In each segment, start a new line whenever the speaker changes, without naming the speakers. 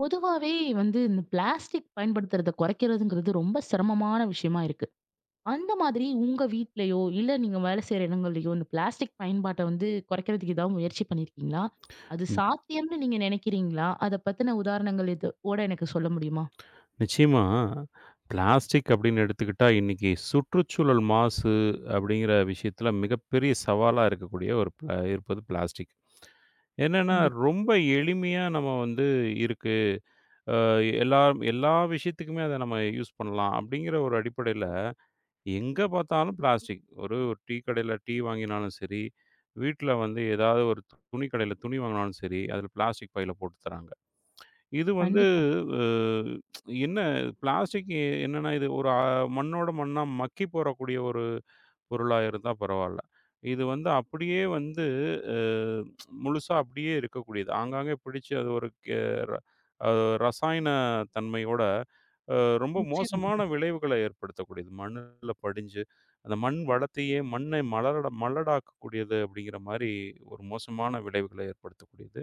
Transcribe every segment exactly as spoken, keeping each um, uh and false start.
பொதுவாவே வந்து இந்த பிளாஸ்டிக் பயன்படுத்துறத குறைக்கிறதுங்கிறது ரொம்ப சிரமமான விஷயமா இருக்கு. அந்த மாதிரி உங்க வீட்லயோ, இல்ல நீங்க வேலை செய்ற இடங்கள்லயோ இந்த பிளாஸ்டிக் பயன்பாட்ட வந்து குறைக்கிறதுக்கு ஏதாவது முயற்சி பண்ணியிருக்கீங்களா? அது
ம்.
சாத்தியம்னு நீங்க நினைக்கிறீங்களா? அத பத்தின உதாரணங்கள் எது ஓட எனக்கு சொல்ல முடியுமா?
நிச்சயமா, பிளாஸ்டிக் அப்படின்னு எடுத்துக்கிட்டா, இன்னைக்கு சுற்றுச்சூழல் மாசு அப்படிங்கிற விஷயத்துல மிகப்பெரிய சவாலா இருக்கக்கூடிய ஒரு ப இருப்பது பிளாஸ்டிக். என்னன்னா,
கண்டிப்பா,
ரொம்ப எளிமையா நம்ம வந்து இருக்கு. அ எல்லா எல்லா விஷயத்துக்குமே அத நம்ம யூஸ் பண்ணலாம் அப்படிங்கிற ஒரு அடிப்படையில, எங்க பார்த்தாலும் பிளாஸ்டிக். ஒரு டீ கடையில டீ வாங்கினாலும் சரி, வீட்ல வந்து ஏதாவது ஒரு துணி கடையில துணி வாங்கினாலும் சரி, அதில பிளாஸ்டிக் பையில போட்டு தராங்க. இது வந்து
கண்டிப்பா.
அ என்ன பிளாஸ்டிக் என்னன்னா, இது ஒரு அ மண்ணோட மண்ணா மக்கி போறக்கூடிய ஒரு பொருளா இருந்தா பரவால்ல. இது வந்து அப்படியே வந்து அ முழுசா அப்படியே இருக்கக்கூடியது. ஆங்காங்கே பிடிச்சு அது ஒரு கெ ர அ ரசாயன தன்மையோட அ ரொம்ப
நிச்சயமா,
மோசமான விளைவுகள ஏற்படுத்தக்கூடியது. மண்ணுல படிஞ்சு, அந்த மண் வளத்தையே மண்ணை மலரட மலடாக்கக்கூடியது அப்படிங்கிற மாரி ஒரு மோசமான விளைவுகள ஏற்படுத்தக்கூடியது.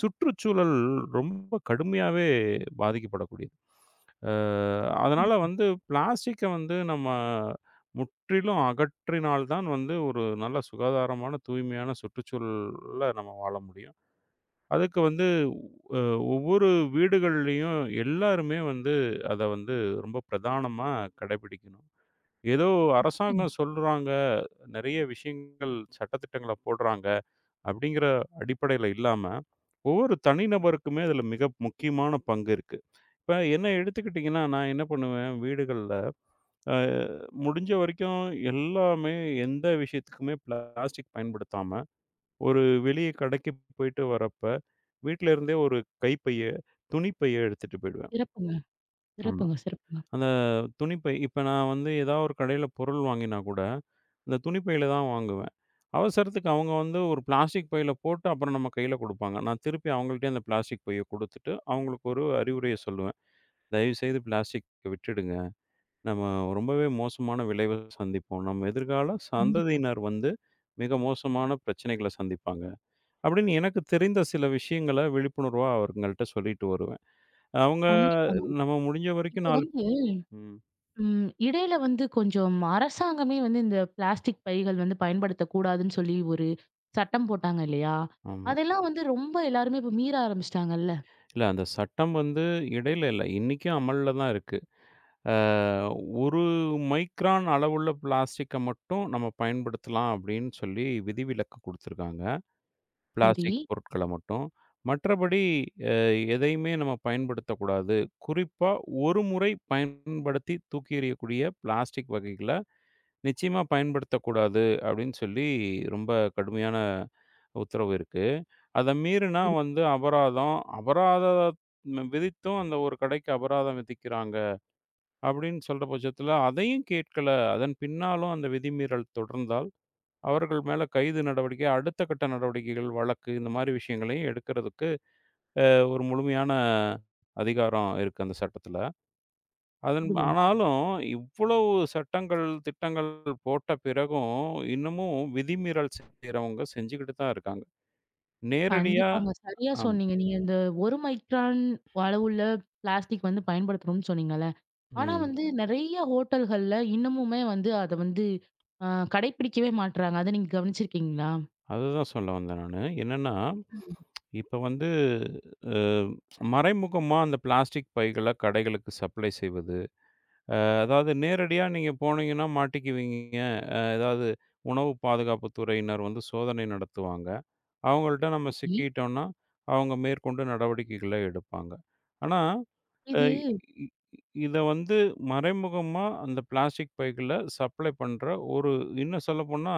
சுற்றுச்சூழல் ரொம்ப கடுமையாவே பாதிக்கப்படக்கூடியது. அ அதனால வந்து பிளாஸ்டிக்க வந்து நம்ம முற்றிலும் அகற்றினால் தான் வந்து ஒரு நல்ல சுகாதாரமான, தூய்மையான சுற்றுச்சூழல்ல நம்ம வாழ முடியும். அதுக்கு வந்து அ ஒவ்வொரு வீடுகள்லயும் எல்லாருமே வந்து அத வந்து ரொம்ப பிரதானமா கடைபிடிக்கணும். ஏதோ
நிச்சயமா.
அரசாங்கம் சொல்றாங்க, நெறைய விஷயங்கள் சட்டதிட்டங்கள போடுறாங்க, அப்படிங்கிற அடிப்படையில இல்லாம ஒவ்வொரு தனிநபருக்குமே அதில மிக முக்கியமான பங்கு இருக்கு. இப்ப என்ன எடுத்துக்கிட்டீங்கன்னா, நான் என்ன பண்ணுவேன் வீடுகள்ல, அ முடிஞ்ச வரைக்கும் எல்லாமே எந்த விஷயத்துக்குமே பிளாஸ்டிக் பயன்படுத்தாம, ஒரு வெளிய கடைக்கு போயிட்டு வரப்ப, வீட்ல இருந்தே ஒரு கைப்பைய, துணிப்பைய எடுத்துட்டு போயிடுவேன்.
சிறப்புங்க,
ஆமா.
சிறப்புங்க, சிறப்புங்க.
அந்த துணிப்பை இப்ப நான் வந்து ஏதாவது ஒரு கடையில பொருள் வாங்கினா கூட, இந்த துணிப்பையில தான் வாங்குவேன். அவசரத்துக்கு அவங்க வந்து ஒரு பிளாஸ்டிக் பையில போட்டு அப்புறம் நம்ம கையில குடுப்பாங்க. நான் திருப்பி அவங்கள்ட்டயே அந்த பிளாஸ்டிக் பைய குடுத்துட்டு, அவங்களுக்கு ஒரு அறிவுரைய சொல்லுவேன். "தயவுசெய்து பிளாஸ்டிக்க விட்டுடுங்க. நம்ம ரொம்பவே மோசமான விளைவ சந்திப்போம். நம்ம எதிர்கால
கண்டிப்பா,
சந்ததியினர் வந்து மிக மோசமான பிரச்சனைகள சந்திப்பாங்க." அப்படின்னு எனக்கு தெரிந்த சில விஷயங்கள விழிப்புணர்வா அவங்கள்ட்ட சொல்லிட்டு வருவேன். அவங்க
கண்டிப்பாங்க.
நம்ம முடிஞ்ச வரைக்கும்
இப்ப
நான்கு
வந்து
ம்.
ம். இடையில வந்து கொஞ்சம் அரசாங்கமே வந்து இந்த பிளாஸ்டிக் பைகள் வந்து பயன்படுத்தக்கூடாதுன்னு சொல்லி ஒரு சட்டம் போட்டாங்க இல்லையா?
ஆமா.
அதெல்லாம் வந்து ரொம்ப எல்லாருமே இப்ப மீற ஆரம்பிச்சுட்டாங்கல்ல.
இல்ல, அந்த சட்டம் வந்து இடையில இல்ல. இன்னைக்கும் அமல்ல தான் இருக்கு. அ ஒரு மைக்ரான் அளவுள்ள பிளாஸ்டிக்க மட்டும் நம்ம பயன்படுத்தலாம் அப்படின்னு சொல்லி விதிவிலக்கு குடுத்துருக்காங்க.
சரி.
பிளாஸ்டிக் பொருட்கள மட்டும். மற்றபடி அ எதையுமே நம்ம பயன்படுத்தக்கூடாது. குறிப்பா ஒரு முறை பயன்படுத்தி தூக்கி எறியக்கூடிய பிளாஸ்டிக் வகைகள நிச்சயமா பயன்படுத்தக்கூடாது அப்படின்னு சொல்லி ரொம்ப கடுமையான உத்தரவு இருக்கு. அத மீறினா
சரி.
வந்து அபராதம். அபராதம் விதித்தும் அந்த ஒரு கடைக்கு அபராதம் விதிக்கிறாங்க. அப்படின்னு சொல்ற பட்சத்தில அதையும் கேட்கல. அதன் பின்னாலும் அந்த விதிமீறல் தொடர்ந்தால், அவர்கள் மேல கைது நடவடிக்கை, அடுத்த கட்ட நடவடிக்கைகள், வழக்கு இந்த மாரி விஷயங்களையும் எடுக்கிறதுக்கு ஒரு முழுமையான அதிகாரம் இருக்கு அந்த சட்டத்தில. அதன்
அப்படியா?
ஆனாலும் இவ்வளவு சட்டங்கள், திட்டங்கள் போட்ட பிறகும், இன்னமும் விதிமீறல் செய்றவங்க செஞ்சுகிட்டு தான் இருக்காங்க. நேரடியா
கண்டிப்பாங்க. சரியா சொன்னீங்க. நீங்க இந்த ஒரு மைக்ரான் அளவுள்ள பிளாஸ்டிக் வந்து பயன்படுத்தணும்னு சொன்னீங்கல்ல. ஆனா
ம்.
வந்து நெறைய ஹோட்டல்கள்ல இன்னமுமே வந்து அத வந்து அ கடைப்பிடிக்கவே மாட்றாங்க. அத நீங்க கவனிச்சிருக்கீங்களா?
அதுதான் சொல்ல வந்தேன் நானு. என்னன்னா, இப்ப வந்து அ மறைமுகமா அந்த பிளாஸ்டிக் பைகள கடைகளுக்கு சப்ளை செய்வது. அதாவது நேரடியா நீங்க போனீங்கன்னா மாட்டிக்குவீங்க. ஏதாவது உணவு பாதுகாப்பு துறையினர் வந்து சோதனை நடத்துவாங்க. அவங்கள்ட்ட நம்ம
சரி.
சிக்கிட்டோம்னா, அவங்க மேற்கொண்டு நடவடிக்கைகள எடுப்பாங்க. ஆனா, அ
இது
இ இத வந்து மறைமுகமா அந்த பிளாஸ்டிக் பைகள சப்ளை பண்ற ஒரு இன்னும் சொல்லப்போனா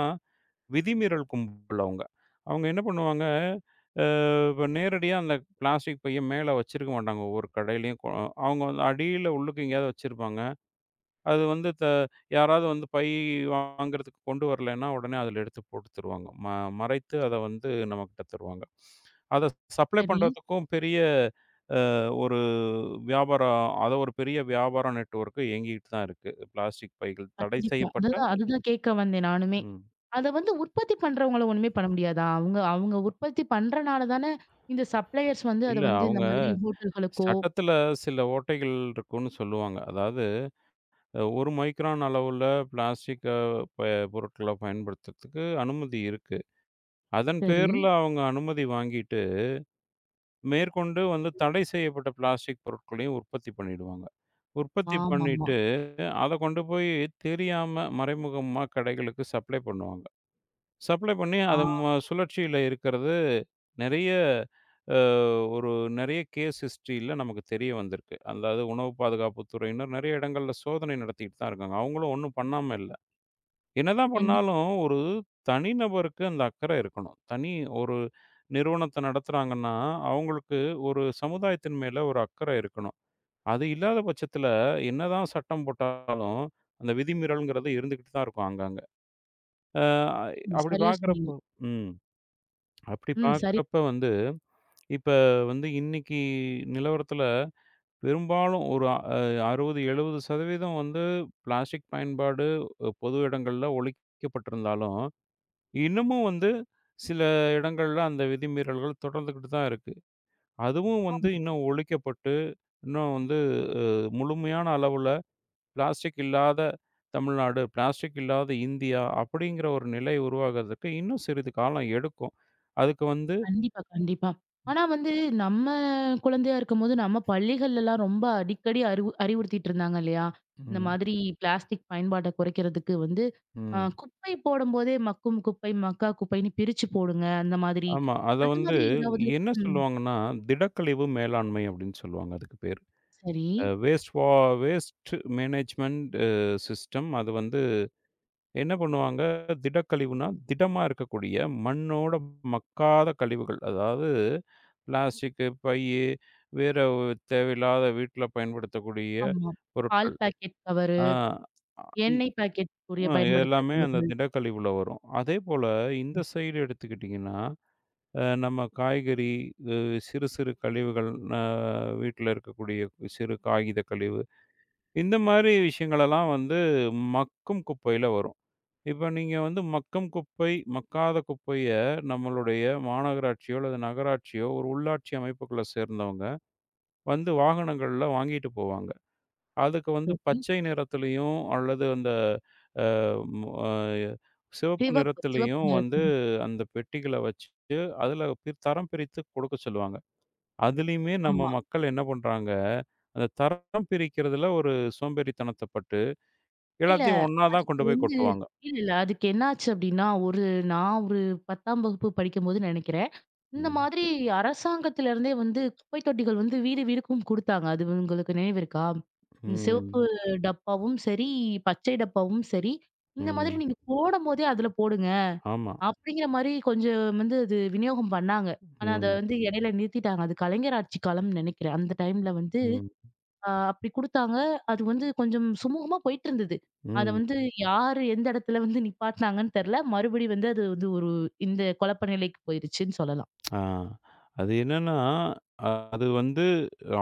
விதிமீறல் கும்பல் அவங்க. அவங்க என்ன பண்ணுவாங்க, அ இப்ப நேரடியா அந்த பிளாஸ்டிக் பைய மேல வச்சிருக்க மாட்டாங்க ஒவ்வொரு கடையிலயும். கொ அவங்க வந்து அடியில உள்ளுக்கு எங்கேயாவது வச்சிருப்பாங்க. அது வந்து த யாராவது வந்து பை வாங்குறதுக்கு கொண்டு வரலன்னா, உடனே அதில எடுத்து போட்டு தருவாங்க. ம மறைத்து அத வந்து நம்மகிட்ட தருவாங்க. அத சப்ளை
சரி.
பண்றதுக்கும் பெரிய அஹ், ஒரு வியாபாரம் அத ஒரு பெரிய வியாபார நெட்வொர்க் இயங்கிட்டு தான் இருக்கு. பிளாஸ்டிக் பைகள் தடை
கண்டிப்பா.
செய்யப்பட்ட
அதுதான் அதுதான் கேட்க வந்தேன் நானுமே.
ம்.
அத வந்து உற்பத்தி பண்றவங்கள ஒண்ணுமே பண்ண முடியாதா? அவங்க அவங்க உற்பத்தி பண்றனால தானே இந்த சப்ளையர்ஸ் வந்து அத
இல்ல
வந்து இந்த
அவங்க
மாதிரி ஹோட்டல்களுக்கோ
சட்டத்துல சில ஓட்டைகள் இருக்குன்னு சொல்லுவாங்க. அதாவது, அஹ், ஒரு மைக்ரான் அளவுல பிளாஸ்டிக் அ ப பொருட்கள பயன்படுத்துறதுக்கு அனுமதி இருக்கு. அதன்
சரி.
பேர்ல அவங்க அனுமதி வாங்கிட்டு, மேற்கொண்டு வந்து தடை செய்யப்பட்ட பிளாஸ்டிக் பொருட்களையும் உற்பத்தி பண்ணிடுவாங்க. உற்பத்தி
ஆமாமா.
பண்ணிட்டு, அத கொண்டு போய் தெரியாம மறைமுகமா கடைகளுக்கு சப்ளை பண்ணுவாங்க. சப்ளை பண்ணி
ஆ
அது ம சுழற்சியில இருக்கிறது நெறைய அ ஒரு நெறைய கேஸ் ஹிஸ்டரியில நமக்கு தெரிய வந்திருக்கு. அதாவது உணவு பாதுகாப்பு துறையினர் நெறைய இடங்கள்ல சோதனை நடத்திட்டு தான் இருக்காங்க. அவங்களும் ஒண்ணும் பண்ணாம இல்ல. என்னதான்
கண்டிப்பா.
பண்ணாலும் ஒரு தனிநபருக்கு அந்த அக்கறை இருக்கணும். தனி ஒரு நிறுவனத்த நடத்துறாங்கன்னா, அவங்களுக்கு ஒரு சமுதாயத்தின் மேல ஒரு அக்கறை இருக்கணும். அது இல்லாத பட்சத்தில என்னதான் சட்டம் போட்டாலும், அந்த விதிமீறல்ங்கிறது இருந்துகிட்டு தான் இருக்கும் அங்கங்க. அ அப்படி
சரியா சொன்னீங்க.
பார்க்கிறப்போ ம். அப்படி
ம். சரி.
பார்க்குறப்ப வந்து, இப்ப வந்து இன்னைக்கு நிலவரத்துல பெரும்பாலும் ஒரு அ அறுபது, எழுபது சதவீதம் வந்து பிளாஸ்டிக் பயன்பாடு அ பொது இடங்கள்ல ஒழிக்கப்பட்டிருந்தாலும், இன்னமும் வந்து சில இடங்கள்ல அந்த விதிமீறல்கள் தொடர்ந்துகிட்டு தான் இருக்கு. அதுவும் வந்து இன்னும் ஒழிக்கப்பட்டு, இன்னும் வந்து அ முழுமையான அளவுல பிளாஸ்டிக் இல்லாத தமிழ்நாடு, பிளாஸ்டிக் இல்லாத இந்தியா அப்படிங்கிற ஒரு நிலை உருவாகுறதுக்கு இன்னும் சிறிது காலம் எடுக்கும். அதுக்கு வந்து
கண்டிப்பா, கண்டிப்பா. ஆனா வந்து நம்ம குழந்தையா இருக்கும்போது, நம்ம பள்ளிகள்லலாம் ரொம்ப அடிக்கடி அறிவு அறிவுறுத்திட்டு இருந்தாங்க இல்லையா? இந்த
ம்,
மாதிரி பிளாஸ்டிக் பயன்பாட்ட குறைக்கிறதுக்கு வந்து, அ
ம்.
குப்பை போடும்போதே மக்கும் குப்பை, மக்கா குப்பைன்னு பிரிச்சு போடுங்க. அந்த மாதிரி,
ஆமா. அத
அந்த
வந்து
மாதிரி ஏதாவது
என்ன
ம்.
சொல்லுவாங்கன்னா, திடக்கழிவு மேலாண்மை அப்படின்னு சொல்லுவாங்க அதுக்கு பேரு.
சரி.
அ வேஸ்ட் வா வேஸ்ட் மேனேஜ்மென்ட் அ சிஸ்டம். அது வந்து என்ன பண்ணுவாங்க, திடக்கழிவுனா திடமா இருக்கக்கூடிய மண்ணோட மக்காத கழிவுகள். அதாவது பிளாஸ்டிக்கு, பையி, வேற ஒரு தேவையில்லாத வீட்ல பயன்படுத்தக்கூடிய
ஆமா. பால்
பொருட்கள்.
பாக்கெட் கவரு,
ஆ இ
எண்ணெய் பாக்கெட் உரிய
அ
பயன்படுத்துற
எல்லாமே அந்த
கவர்கள்.
திடக்கழிவுல வரும். அதேபோல இந்த
ம்.
சைடு எடுத்துக்கிட்டீங்கன்னா அ நம்ம காய்கறி, அ சிறு சிறு கழிவுகள், அ வீட்ல இருக்கக்கூடிய சிறு காகித கழிவு, இந்த மாரி விஷயங்களெல்லாம் வந்து மக்கும் குப்பையில வரும். இப்ப நீங்க வந்து மக்கும் குப்பை, மக்காத குப்பைய நம்மளுடைய மாநகராட்சியோ அல்லது நகராட்சியோ, ஒரு உள்ளாட்சி அமைப்புக்குள்ள சேர்ந்தவங்க வந்து வாகனங்கள்ல வாங்கிட்டு போவாங்க. அதுக்கு வந்து
சரி.
பச்சை நிறத்திலயும் அல்லது அந்த மு அ சிவப்பு
சிவப்பு, சிவப்பு
நிறத்திலயும் வந்து
நிறத்துல.
அந்த பெட்டிகள வச்சு, அதில பிர் தரம் பிரித்து கொடுக்க சொல்லுவாங்க. அதுலயுமே நம்ம
ஆமா.
மக்கள் என்ன பண்றாங்க, அந்த தரம் பிரிக்கிறதுல ஒரு சோம்பேறித்தனத்த பட்டு,
இல்ல.
எல்லாத்தையும் ஒண்ணா தான்
அதுக்கு
கொண்டு போய்
வந்து
கொட்டுவாங்க.
இல்ல, இல்ல. அதுக்கு என்னாச்சு அப்டின்னா, ஒரு நான் ஒரு பத்தாம் வகுப்பு படிக்கும்போது நெனைக்கிறேன். இந்த
ம்.
மாதிரி அரசாங்கத்திலருந்தே வந்து குப்பை தொட்டிகள் வந்து வீடு வீடுக்கும் குடுத்தாங்க. அது உங்களுக்கு நினைவு இருக்கா? இந்த சிவப்பு
ம்.
டப்பாவும் சரி, பச்சை டப்பாவும் சரி, இந்த மாதிரி
ம்.
நீங்க போடும்போதே அதுல போடுங்க.
ஆமா.
அப்டிங்கிற மாரி கொஞ்சம் வந்து அது விநியோகம் பண்ணாங்க. ஆனா அத
ம்.
வந்து இடையில நிறுத்திட்டாங்க. அது கலைஞர் ஆட்சி காலம்னு நெனைக்கிறேன். அந்த டைம்ல வந்து
ம்.
ஆ அப்படி குடுத்தாங்க. அது வந்து கொஞ்சம் சுமூகமா போயிட்டு இருந்தது. அத
ம்.
வந்து யாரு எந்த இடத்துல வந்து நிப்பாட்டுனாங்கன்னு தெரியல. மறுபடியும் வந்து அது வந்து ஒரு இந்த குழப்ப நிலைக்கு போயிருச்சுன்னு சொல்லலாம்.
ஆ. அது என்னன்னா, அ- அது வந்து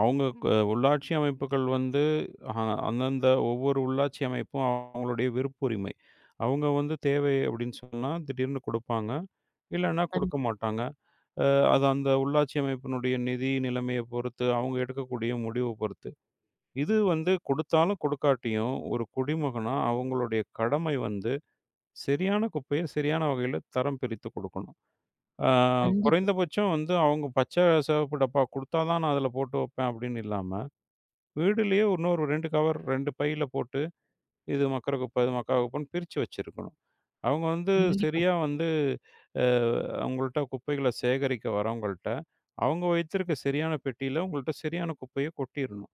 அவங்க க உள்ளாட்சி அமைப்புகள் வந்து அ அந்தந்த ஒவ்வொரு உள்ளாட்சி அமைப்பும் அவங்களுடைய விருப்புரிமை. அவங்க வந்து தேவை அப்படின்னு சொன்னா திடீர்னு குடுப்பாங்க. இல்லன்னா
கண்
குடுக்க மாட்டாங்க. அ அது அந்த உள்ளாட்சி அமைப்பினுடைய நிதி நிலைமைய பொறுத்து, அவங்க எடுக்கக்கூடிய முடிவ பொறுத்து. இது வந்து கொடுத்தாலும் கொடுக்காட்டியும், ஒரு குடிமகனா அவங்களுடைய கடமை வந்து, சரியான குப்பைய சரியான வகையில தரம் பிரித்து கொடுக்கணும். ஆ
கண்டிப்பா,
குறைந்தபட்சம் வந்து அவங்க பச்சை, சிவப்பு டப்பா குடுத்தா தான் நான் அதில போட்டு வைப்பேன் அப்படின்னு இல்லாம, வீடுலயே இன்னொரு இரண்டு கவர் இரண்டு பையில போட்டு இது மக்கிற குப்பை, இது மக்கா குப்பைன்னு பிரிச்சு வச்சிருக்கணும். அவங்க வந்து
கண்டிப்பா,
சரியா வந்து அ அவங்கள்ட்ட குப்பைகள சேகரிக்க வரவங்கள்ட்ட, அவங்க வைத்திருக்க சரியான பெட்டியில உங்கள்ட்ட சரியான குப்பைய கொட்டிரணும்.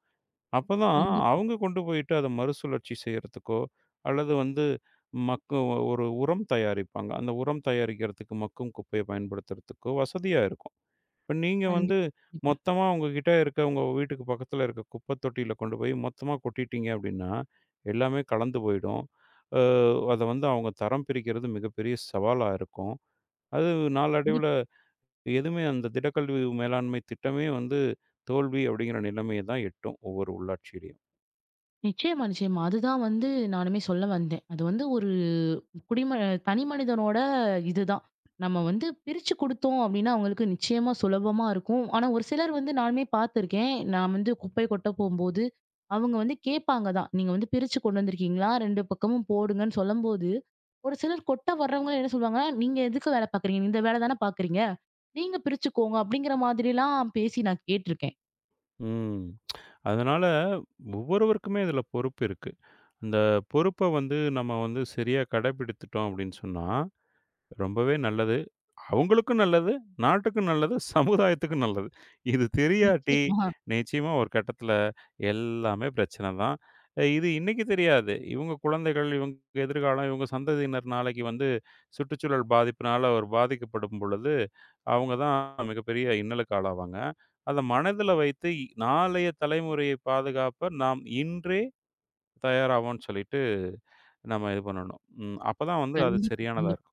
அப்பதான்
கண்டிப்பா,
அவங்க கொண்டு போயிட்டு அத மறுசுழற்சி செய்யறதுக்கோ, அல்லது வந்து மக்கு ஒரு உரம் தயாரிப்பாங்க. அந்த உரம் தயாரிக்கிறதுக்கு மக்கும் குப்பைய பயன்படுத்துறதுக்கோ வசதியா இருக்கும். இப்ப நீங்க வந்து
கண்டிப்பா, கண்டிப்பா.
மொத்தமா உங்ககிட்ட இருக்க உங்க வீட்டுக்கு பக்கத்துல இருக்க குப்பை தொட்டியில கொண்டு போய் மொத்தமா கொட்டிட்டீங்க அப்படின்னா, எல்லாமே கலந்து போயிடும். அ அத வந்து அவங்க தரம் பிரிக்கிறது மிகப்பெரிய சவாலா இருக்கும். அது நாளடைவுல எதுவுமே அந்த திடக்கல்வி மேலாண்மை திட்டமே வந்து தோல்வி அப்படிங்கிற நிலைமைய தான் எட்டும் ஒவ்வொரு உள்ளாட்சியிலயும்.
நிச்சயமா, நிச்சயமா. அதுதான் வந்து நானுமே சொல்ல வந்தேன். அது வந்து ஒரு குடிம தனி மனிதனோட இதுதான். நம்ம வந்து பிரிச்சு குடுத்தோம் அப்டின்னா, அவங்களுக்கு நிச்சயமா சுலபமா இருக்கும். ஆனா, ஒரு சிலர் வந்து நானுமே பார்த்துருக்கேன். நான் வந்து குப்பை கொட்ட போம்போது, அவங்க வந்து கேட்பாங்க தான். நீங்க வந்து பிரிச்சு கொண்டு வந்திருக்கீங்களா? ரெண்டு பக்கமும் போடுங்கன்னு சொல்லும்போது, ஒரு சிலர் கொட்ட வர்றவங்க என்ன சொல்லுவாங்கன்னா, நீங்க எதுக்கு வேல பார்க்குறீங்க? இந்த வேல தானே பார்க்குறீங்க. நீங்க பிரிச்சுக்கோங்க அப்டிங்கிற மாதிரிலாம் பேசி நான் கேட்டுருக்கேன்.
ம். அதனால ஒவ்வொருவருக்குமே இதுல பொறுப்பு இருக்கு. அந்த பொறுப்ப வந்து நம்ம வந்து சரியா கடைபிடித்துட்டோம் அப்படின்னு சொன்னா ரொம்பவே நல்லது. அவங்களுக்கும் நல்லது, நாட்டுக்கும் நல்லது, சமுதாயத்துக்கும் நல்லது. இது தெரியாட்டி,
நிச்சயமா.
நிச்சயமா ஒரு கட்டத்தில எல்லாமே பிரச்சனை தான். அ இது இன்னைக்கு தெரியாது. இவங்க குழந்தைகள், இவங்க எதிர்காலம், இவங்க சந்ததியினர் நாளைக்கு வந்து சுற்றுச்சூழல் பாதிப்பினால ஒரு பாதிக்கப்படும் பொழுது, அவங்க தான் மிகப்பெரிய இன்னலுக்கு ஆளாவாங்க. அத மனதில வைத்து இ- நாளைய தலைமுறையை பாதுகாப்ப நாம் இன்றே தயாராவோம்ன்னு சொல்லிட்டு, நம்ம இது பண்ணணும். ம். அப்பதான் வந்து அது
கண்டிப்பா,
சரியானதா
கண்டிப்பா.
இருக்கும்.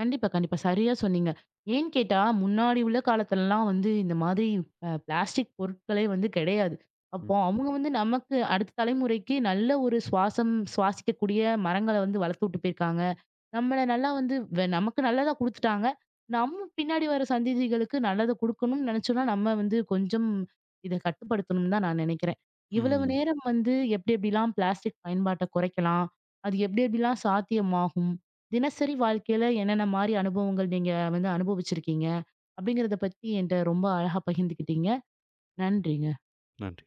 கண்டிப்பா, கண்டிப்பா. சரியா சொன்னீங்க. ஏன்னு கேட்டா, முன்னாடி உள்ள காலத்துலலாம் வந்து இந்த மாதிரி அ பிளாஸ்டிக் பொருட்களே வந்து கிடையாது.
ம்.
அப்போ அவங்க வந்து நமக்கு அடுத்த தலைமுறைக்கு நல்ல ஒரு சுவாசம் சுவாசிக்கக்கூடிய மரங்கள வந்து வளர்த்து விட்டு போயிருக்காங்க. நம்மள நல்லா வந்து வெ நமக்கு நல்லதா குடுத்துட்டாங்க. நம்ம பின்னாடி வர சந்ததிகளுக்கு நல்லத குடுக்கணும்னு நெனச்சோம்னா, நம்ம வந்து கொஞ்சம் இத கட்டுப்படுத்தணும்னு தான் நான் நெனைக்கிறேன். இவ்வளவு
ம்.
நேரம் வந்து எப்டி எப்டிலாம் பிளாஸ்டிக் பயன்பாட்ட குறைக்கலாம்? அது எப்டி எப்டிலாம் சாத்தியமாகும்? தினசரி வாழ்க்கையில என்னென்ன மாரி அனுபவங்கள் நீங்க வந்து அனுபவிச்சிருக்கீங்க? அப்டிங்கிறத பத்தி என்ட்ட ரொம்ப அழகா பகிர்ந்துக்கிட்டீங்க. நன்றிங்க.
நன்றி.